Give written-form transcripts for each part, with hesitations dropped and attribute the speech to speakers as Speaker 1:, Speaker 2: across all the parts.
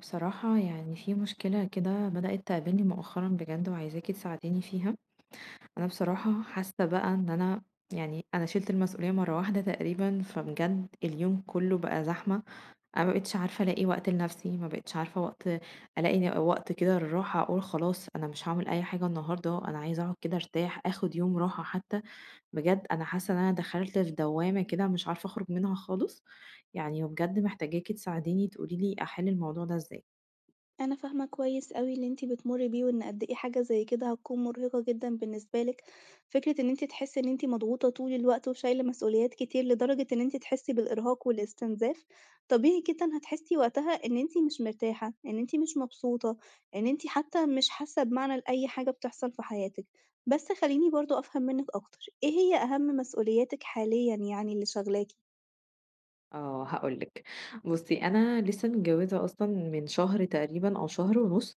Speaker 1: بصراحة يعني في مشكلة كده بدأت تقابلني مؤخرا بجد وعايزاكي تساعديني فيها. أنا بصراحة حاسة بقى إن أنا يعني أنا شلت المسؤولية مرة واحدة تقريبا، فبجد اليوم كله بقى زحمة. أنا مبقتش عارفة ألاقي وقت لنفسي، مبقتش عارفة وقت ألاقي وقت كده للراحة، أقول خلاص أنا مش هعمل أي حاجة النهاردة، أنا عايزة أقعد كده أرتاح، آخد يوم راحة حتى. بجد أنا حاسة إن أنا دخلت في دوامة كده مش عارفة أخرج منها خالص. يعني وبجد محتاجاكي تساعديني تقوليلي أحل الموضوع ده إزاي.
Speaker 2: أنا فاهمة كويس أوي اللي أنتِ بتمُرّي بيه، وإن قد إيه حاجة زي كده هتكون مرهقة جدًا بالنسبة لِك، فكرة إن أنتِ تحسّي إن أنتِ مضغوطة طول الوقت وشايلة مسؤوليات كتير لدرجة إن أنتِ تحسّي بالإرهاق والاستنزاف، طبيعي جدًا هتحسّي وقتها إن أنتِ مش مرتاحة، إن أنتِ مش مبسوطة، إن أنتِ حتى مش حاسة بمعنى لأي حاجة بتحصل في حياتِك. بس خلّيني برضه أفهم منِّك أكتر، إيه هي أهم مسؤولياتِك حاليًا يعني اللي شاغلاكِ؟
Speaker 1: آه هاقول لِك، بُصّي أنا لسه متجوّزة أصلًا من شهر تقريبًا أو شهر ونُص،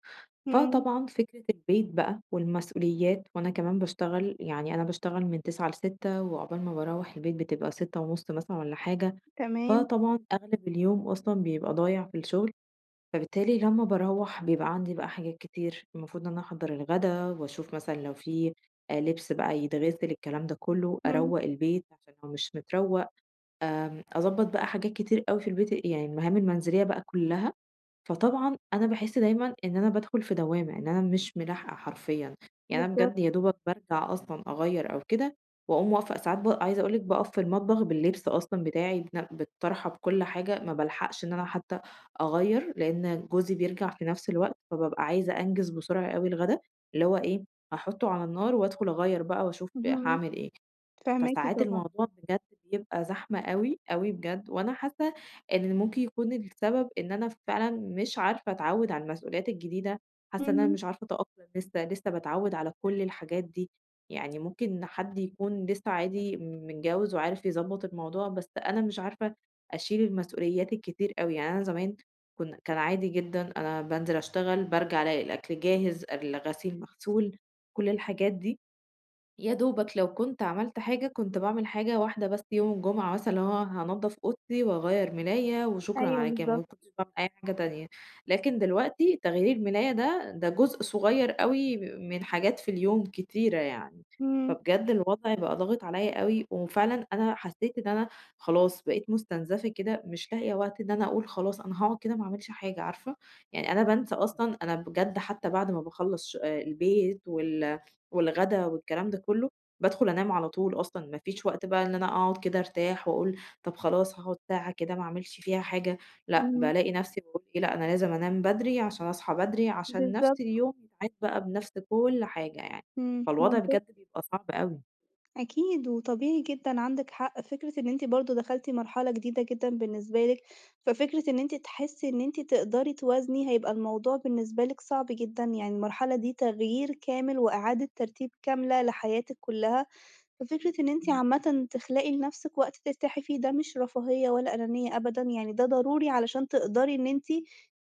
Speaker 2: إمم،
Speaker 1: فطبعًا فكرة البيت بقى والمسؤوليات وأنا كمان باشتغل، يعني أنا باشتغل من 09:00 ل18:00 وعقبال ما باروّح البيت بتبقى 18:30 مثلًا والّا حاجة،
Speaker 2: تمام،
Speaker 1: فطبعًا أغلب اليوم أصلًا بيبقى ضايع في الشغل، فبالتالي لمّا باروّح بيبقى عندي بقى حاجات كتير، المفروض إن أنا أحضّر الغدا وأشوف مثلًا لو في لبس بقى يتغسل الكلام ده كلّه،
Speaker 2: إمم،
Speaker 1: أروّق البيت عشان هو مش متروّق. أضبّط بقى حاجات كتير أوي في البيت، يعني المهام المنزلية بقى كلّها، فطبعًا أنا باحس دايمًا إن أنا بادخل في دوّامة، إن أنا مش ملاحقة حرفيًا، يعني أنا
Speaker 2: بالضبط،
Speaker 1: بجد يا دوبك بارجع أصلًا أغيّر أو كده وأقوم واقفة ساعات عايزة أقول لِك باقف في المطبخ باللبس أصلًا بتاعي بالطرحة بكل حاجة، ما بالحقش إن أنا حتى أغيّر، لإن جوزي بيرجع في نفس الوقت، فبابقى عايزة أنجز بسرعة أوي الغدا، اللي هو إيه هاحطه على النار وأدخل أغيّر بقى وأشوف
Speaker 2: اهم،
Speaker 1: هاعمل إيه.
Speaker 2: فاهماكِ
Speaker 1: فساعات
Speaker 2: طبعًا،
Speaker 1: الموضوع بجد بيبقى زحمة أوي، أوي بجد، وأنا حاسة إن ممكن يكون السبب إن أنا فعلًا مش عارفة أتعوّد على المسؤوليات الجديدة، حاسة إن أنا
Speaker 2: إمم.
Speaker 1: مش عارفة أتأقلم لسه، لسه باتعوّد على كل الحاجات دي، يعني ممكن حد يكون لسه عادي متجوّز وعارف يضبّط الموضوع، بس أنا مش عارفة أشيل المسؤوليات الكتير أوي، يعني أنا زمان كان عادي جدًا، أنا بانزل أشتغل، بارجع ألاقي الأكل جاهز، الغسيل مغسول، كل الحاجات دي. يا دوبك لو كنت عملت حاجة كنت باعمل حاجة واحدة بس يوم الجمعة مثلًا اللي هو هانضّف أوضتي وأغيّر ملاية وشكرًا
Speaker 2: أيوه
Speaker 1: على كده،
Speaker 2: بالضبط.
Speaker 1: ما كنتش باعمل أي حاجة تانية، لكن دلوقتي تغيير الملاية ده، ده جزء صغير أوي من حاجات في اليوم كتيرة يعني،
Speaker 2: إمم،
Speaker 1: فبجد الوضع بقى ضاغط عليّا أوي، وفعلًا أنا حسيت إن أنا خلاص بقيت مستنزفة كده، مش لاقية وقت إن أنا أقول خلاص أنا هاقعد كده ما اعملش حاجة، عارفة، يعني أنا بانسى أصلًا أنا بجد حتى بعد ما باخلّص ش آه، البيت والغدا والكلام ده كله، بادخل أنام على طول أصلًا، ما فيش وقت بقى إن أنا أقعد كده أرتاح وأقول طب خلاص هاقعد ساعة كده ما أعملش فيها حاجة، لأ،
Speaker 2: اهم.
Speaker 1: بالاقي نفسي باقول إيه لأ، أنا لازم أنام بدري عشان أصحى بدري، عشان نفس
Speaker 2: بالضبط.
Speaker 1: اليوم يتعاد بقى بنفس كل حاجة يعني،
Speaker 2: إمم.
Speaker 1: فالوضع
Speaker 2: منطقي.
Speaker 1: بجد بيبقى صعب أوي.
Speaker 2: أكيد وطبيعي جدًا عندِك حق، فكرة إن أنتِ برضه دخلتِ مرحلة جديدة جدًا بالنسبة لِك، ففكرة إن أنتِ تحسّي إن أنتِ تقدري توازني هيبقى الموضوع بالنسبة لِك صعب جدًا، يعني المرحلة دي تغيير كامل وإعادة ترتيب كاملة لحياتِك كلّها. ففكرة إن أنتِ
Speaker 1: إمم،
Speaker 2: عامةً تخلقي لنفسِك وقت ترتاحي فيه ده مش رفاهية ولا أنانية أبدًا، يعني ده ضروري علشان تقدري إن أنتِ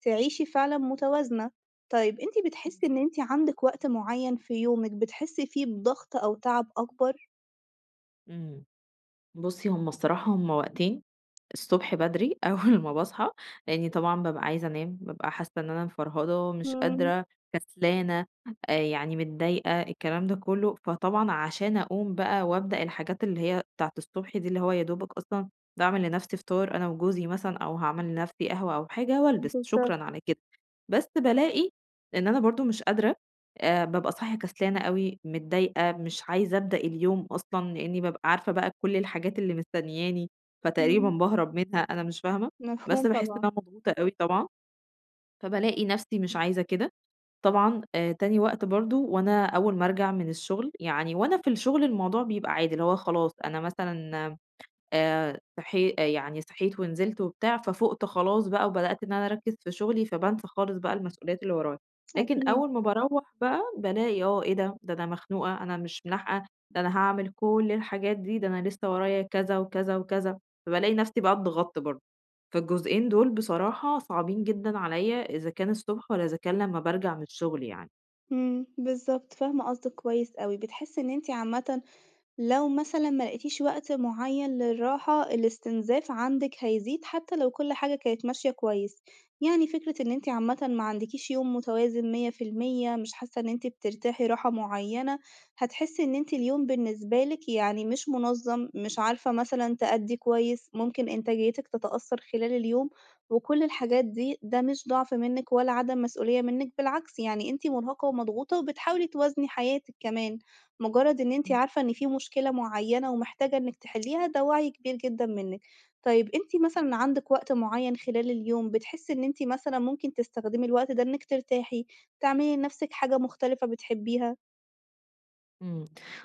Speaker 2: تعيشي فعلًا متوازنة. طيب أنتِ بتحسي إن
Speaker 1: بالضبط.
Speaker 2: أنتِ عندِك وقت معيّن في يومِك بتحسي فيه بضغط أو تعب أكبر؟
Speaker 1: إمم، بُصّي، هُم الصراحة هُم وقتين. الصبح بدري أول ما باصحى، لإني طبعًا بابقى عايزة أنام، بابقى حاسة إن أنا مفرهدة، مش
Speaker 2: إمم،
Speaker 1: قادرة، كسلانة، يعني متضايقة، الكلام ده كله. فطبعًا عشان أقوم بقى وأبدأ الحاجات اللي هي بتاعة الصبح دي، اللي هو يا دوبك أصلًا باعمل لنفسي فطار أنا وجوزي مثلًا، أو هاعمل لنفسي قهوة أو حاجة وألبس، شكرًا
Speaker 2: بالضبط،
Speaker 1: على كده. بس بالاقي إن أنا برضه مش قادرة، بابقى صاحية كسلانة أوي، متضايقة، مش عايزة أبدأ اليوم أصلًا، لإني بابقى عارفة بقى كل الحاجات اللي مستنياني. فتقريبًا
Speaker 2: إمم،
Speaker 1: باهرب منها أنا مش فاهمة،
Speaker 2: مفهوم
Speaker 1: بس باحس إن
Speaker 2: طبعًا،
Speaker 1: أنا مضغوطة أوي طبعًا، فبالاقي نفسي مش عايزة كده، طبعًا تاني وقت برضه وأنا أول ما أرجع من الشغل، يعني وأنا في الشغل الموضوع بيبقى عادي، اللي هو خلاص أنا مثلًا صحي يعني صحيت ونزلت وبتاع، ففُقت خلاص بقى وبدأت إن أنا أركّز في شغلي، فبانسى خالص بقى المسؤوليات اللي ورايا. لكن
Speaker 2: أكيد،
Speaker 1: أول ما باروّح بقى بالاقي آه، إيه ده! ده أنا مخنوقة، أنا مش ملاحقة، ده أنا هاعمل كل الحاجات دي، ده أنا لسه ورايا كذا وكذا وكذا، فبالاقي نفسي بقى اتضغطت برضه. فالجزئين دول بصراحة صعبين جدًا عليّا إذا كان الصبح والّا إذا كان لمّا بارجع من الشغل يعني.
Speaker 2: إمم، بالضبط، فاهمة قصدِك كويس أوي، بتحسي إن أنتِ عامةً لو مثلًا ما لقيتيش وقت معين للراحة، الاستنزاف عندِك هيزيد حتى لو كل حاجة كانت ماشية كويس، يعني فكرة إن أنتِ عامةً ما عندكيش يوم متوازن 100%، مش حاسة إن أنتِ بترتاحي راحة معينة، هتحسي إن أنتِ اليوم بالنسبة لِك يعني مش منظم، مش عارفة مثلًا تأدي كويس، ممكن إنتاجيتِك تتأثر خلال اليوم، وكل الحاجات دي ده مش ضعف منِك ولا عدم مسؤولية منِك، بالعكس يعني أنتِ مرهقة ومضغوطة وبتحاولي توازني حياتِك كمان. مجرد إن أنتِ عارفة إن في مشكلة معينة ومحتاجة إنِك تحليها، ده وعي كبير جدًا منِك. طيب أنتِ مثلًا عندِك وقت معين خلال اليوم بتحسي إن أنتِ مثلًا ممكن تستخدمي الوقت ده إنِك ترتاحي، تعملي لنفسِك حاجة مختلفة بتحبيها؟
Speaker 1: إمم.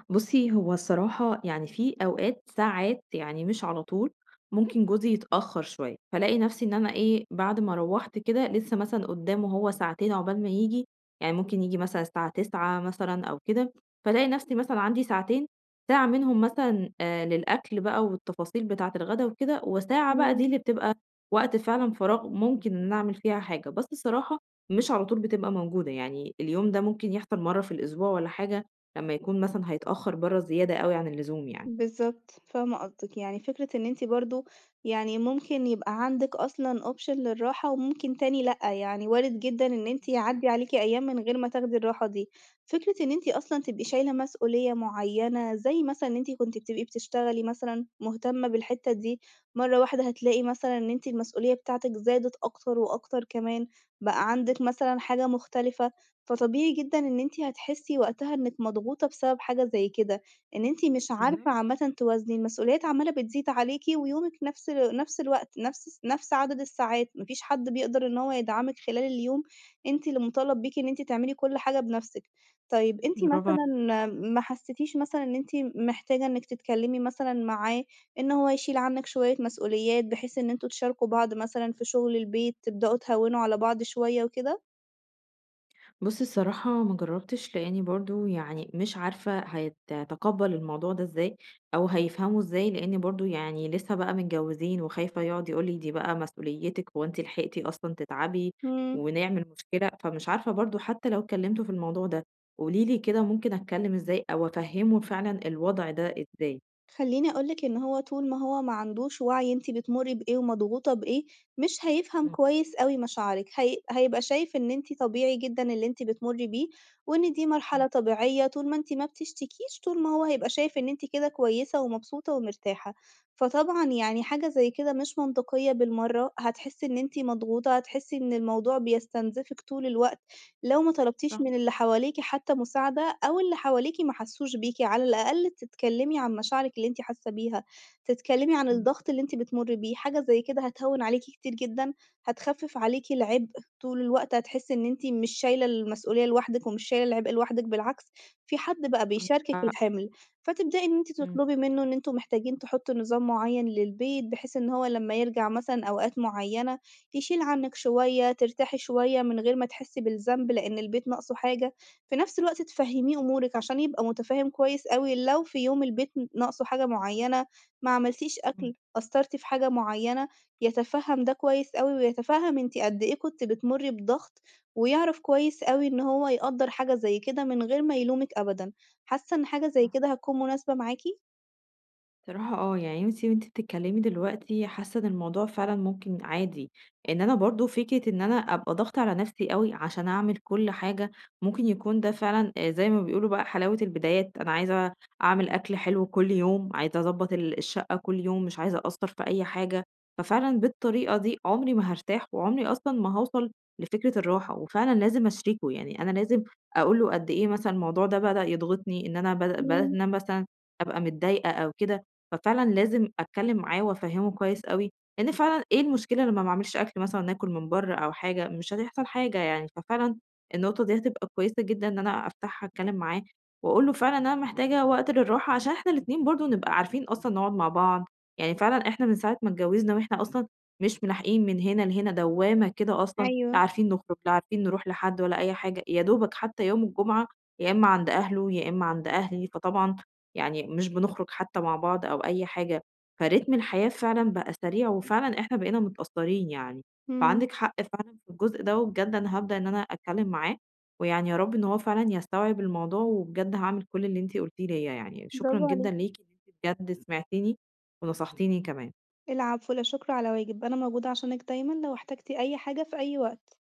Speaker 1: بُصّي، هو الصراحة يعني في أوقات ساعات يعني مش على طول، ممكن جوزي يتأخّر شوية، فالاقي نَفْسي إن أنا إيه، بعد ما روّحت كده لسه مثلًا قُدّامه هو ساعتين عقبال ما ييجي، يعني ممكن ييجي مثلًا الساعة 21:00 مثلًا أو كده، فالاقي نَفْسي مثلًا عندي ساعتين، ساعة منهم مثلًا للأكل بقى والتفاصيل بتاعة الغدا وكده، وساعة بقى دي
Speaker 2: إمم.
Speaker 1: اللي بتبقى وقت فعلًا فراغ ممكن إن أنا أعمل فيها حاجة، بس الصراحة مش على طول بتبقى موجودة، يعني اليوم ده ممكن يحصل مرّة في الأسبوع والّا حاجة لمّا يكون مثلًا هيتأخّر برّه زيادة أوي عن اللزوم يعني.
Speaker 2: بالضبط، فاهمة قصدِك، يعني فكرة إن أنتِ برضه يعني ممكن يبقى عندِك أصلًا option للراحة وممكن تاني لأ، يعني وارد جدًا إن أنتِ
Speaker 1: بالضبط،
Speaker 2: يعدّي عليكِ أيام من غير ما تاخدي الراحة دي، فكرة إن أنتِ أصلًا تبقي شايلة مسؤولية معيّنة، زي مثلًا إن أنتِ كنتِ بتبقي بتشتغلي مثلًا مهتمة بالحتّة دي، مرّة واحدة هتلاقي مثلًا إن أنتِ المسؤولية بتاعتِك زادت أكتر وأكتر كمان، بقى عندِك مثلًا حاجة مختلفة، فطبيعي جدًا إن أنتِ هتحسّي وقتها إنِّك مضغوطة بسبب حاجة زي كده. إن أنتِ مش
Speaker 1: بالضبط.
Speaker 2: عارفة عامةً توازني، المسؤوليات عمّالة بتزيد عليكِ ويومِك نفس نفس الوقت، نفس عدد الساعات، ما فيش حد بيقدر إن هو يدعمِك خلال اليوم، أنتِ اللي مُطالب بيكِ إن أنتِ تعملي كل حاجة بنفسِك. طيب أنتِ
Speaker 1: برافو عليكِ.
Speaker 2: مثلًا ما حسيتيش مثلًا إن أنتِ محتاجة إنِّك تتكلمي مثلًا معاه إن هو يشيل عنِّك شوية مسؤوليات، بحيث إن أنتم تشاركوا بعض مثلًا في شغل البيت، تبدأوا
Speaker 1: إمم.
Speaker 2: تهوّنوا على بعض شوية وكده؟
Speaker 1: بُصّي الصراحة ما جرّبتش، لإني برضه يعني مش عارفة هيتقبّل الموضوع ده إزاي أو هيفهمه إزاي، لإني برضه يعني لسه بقى متجوّزين وخايفة يقعد يقول لي: "دي بقى مسؤوليتِك، هو أنتِ لحقتِ أصلًا تتعبي
Speaker 2: إمم.
Speaker 1: ونعمل مشكلة؟" فمش عارفة برضه حتى لو كلّمته في الموضوع ده، قولي لي كده ممكن أتكلّم إزاي أو أفهّمه فعلًا الوضع ده إزاي؟
Speaker 2: خلّيني أقول لِك إن هو طول ما هو ما عندوش وَعي أنتِ بتمُرّي بإيه ومضغوطة بإيه، مش هيفهم
Speaker 1: إمم،
Speaker 2: كويس أوي مشاعرِك، هي هيبقى شايف إن أنتِ طبيعي جدًا اللي أنتِ بتمُرّي بيه، وإن دي
Speaker 1: إمم.
Speaker 2: مرحلة طبيعية طول ما أنتِ ما بتشتكيش، طول ما هو هيبقى شايف إن أنتِ كده كويسة ومبسوطة ومرتاحة. فطبعًا يعني حاجة زي كده مش منطقية بالمرّة، هتحسّي إن أنتِ مضغوطة، هتحسّي إن الموضوع بيستنزفِك طول الوقت. لو ما طلبتيش
Speaker 1: صح.
Speaker 2: من اللي حواليكِ حتى مساعدة أو اللي حواليكِ ما حسّوش بيكِ، على الأقل تتكلّمي عن مشاعرِك اللي أنتِ حاسة بيها، تتكلّمي عن
Speaker 1: إمم.
Speaker 2: الضغط اللي أنتِ بتمُرّي بيه، حاجة زي كده هتهوّن عليكِ كتير جدًا، هتخفِّف عليكِ العبء، طول الوقت هتحسّي إن أنتِ مش شايلة المسؤولية لوحدِك ومش شايلة العبء لوحدِك، بالعكس في حد بقى
Speaker 1: عندِك
Speaker 2: بيشاركِك
Speaker 1: حق،
Speaker 2: الحِمل، فتبدئي إن أنتِ
Speaker 1: إمم،
Speaker 2: تطلبي منّه إن أنتم محتاجين تحطّوا نظام معيّن للبيت، بحيث إن هو لمّا يرجع مثلًا أوقات معيّنة تشيل عنِّك شوية، ترتاحي شوية من غير ما تحسّي بالذنب لإن البيت ناقصه حاجة، في نفس الوقت تفهّميه أمورِك عشان يبقى مُتفهِّم كويس أوي لو في يوم البيت ناقصه حاجة معيّنة، ما عملتيش
Speaker 1: إمم،
Speaker 2: أكل، قصّرتِ في حاجة معيّنة، يتفهَّم ده كويس أوي ويتفهَّم أنتِ قد إيه كنتِ بتمُرّي بضغط، ويعرف كويس أوي إن هو يقدّر حاجة زي كده من غير ما يلومِك أبدًا. حاسّة إن حاجة زي
Speaker 1: صح.
Speaker 2: كده هتكون مناسبة معاكِ؟
Speaker 1: بصراحة آه، يعني أنتِ وأنتِ بتتكلّمي دلوقتي حاسة إن الموضوع فعلًا ممكن عادي، إن أنا برضه فكرة إن أنا أبقى ضاغطة على نَفْسي أوي عشان أعمل كل حاجة، ممكن يكون ده فعلًا زي ما بيقولوا بقى حلاوة البدايات، أنا عايزة أعمل أكل حلو كل يوم، عايزة أضبّط الشقة كل يوم، مش عايزة أقصّر في أي حاجة، ففعلًا بالطريقة دي عمري ما هارتاح وعمري أصلًا ما هاوصل لفكرة الراحة، وفعلًا لازم أشرِكه، يعني أنا لازم أقول له قد إيه مثلًا الموضوع ده بدأ يضغطني، إن أنا بدأت
Speaker 2: إمم،
Speaker 1: إن أنا مثلًا أبقى متضايقة أو كده، ففعلًا لازم أتكلّم معاه وأفهّمه كويس أوي، لإن فعلًا إيه المشكلة لمّا ما أعملش أكل مثلًا ناكل من برّه أو حاجة، مش هتحصل حاجة يعني، ففعلًا النقطة دي هتبقى كويسة جدًا إن أنا أفتحها أتكلّم معاه، وأقول له فعلًا إن أنا محتاجة وقت للراحة عشان إحنا الاتنين برضه نبقى عارفين أصلًا نقعد مع بعض، يعني فعلًا إحنا من ساعة ما اتجوّزنا وإحنا أصلًا مش ملاحقين من هنا لهنا دوّامة كده أصلًا، لا
Speaker 2: أيوه،
Speaker 1: عارفين نخرج، لا عارفين نروح لحد ولا أي حاجة، يا دوبك حتى يوم الجمعة يا إمّا عند أهله، يا إمّا عند أهلي، فطبعًا يعني مش بنخرج حتى مع بعض أو أي حاجة، فرتم الحياة فعلًا بقى سريع وفعلًا إحنا بقينا متأثّرين يعني،
Speaker 2: إمم،
Speaker 1: فعندِك حق فعلًا في الجزء ده وبجد أنا هابدأ إن أنا أتكلّم معاه، ويعني يا رب إن هو فعلًا يستوعب الموضوع وبجد هاعمل كل اللي أنتِ قُلتيه ليّا يعني، شكرًا
Speaker 2: برافو عليكِ.
Speaker 1: جدًا ليكِ إن أنتِ بجد سمعتيني ونصحتيني كمان.
Speaker 2: العفو، لا شكر على واجب، أنا موجودة عشانِك دايمًا لو احتجتِ أي حاجة في أي وقت.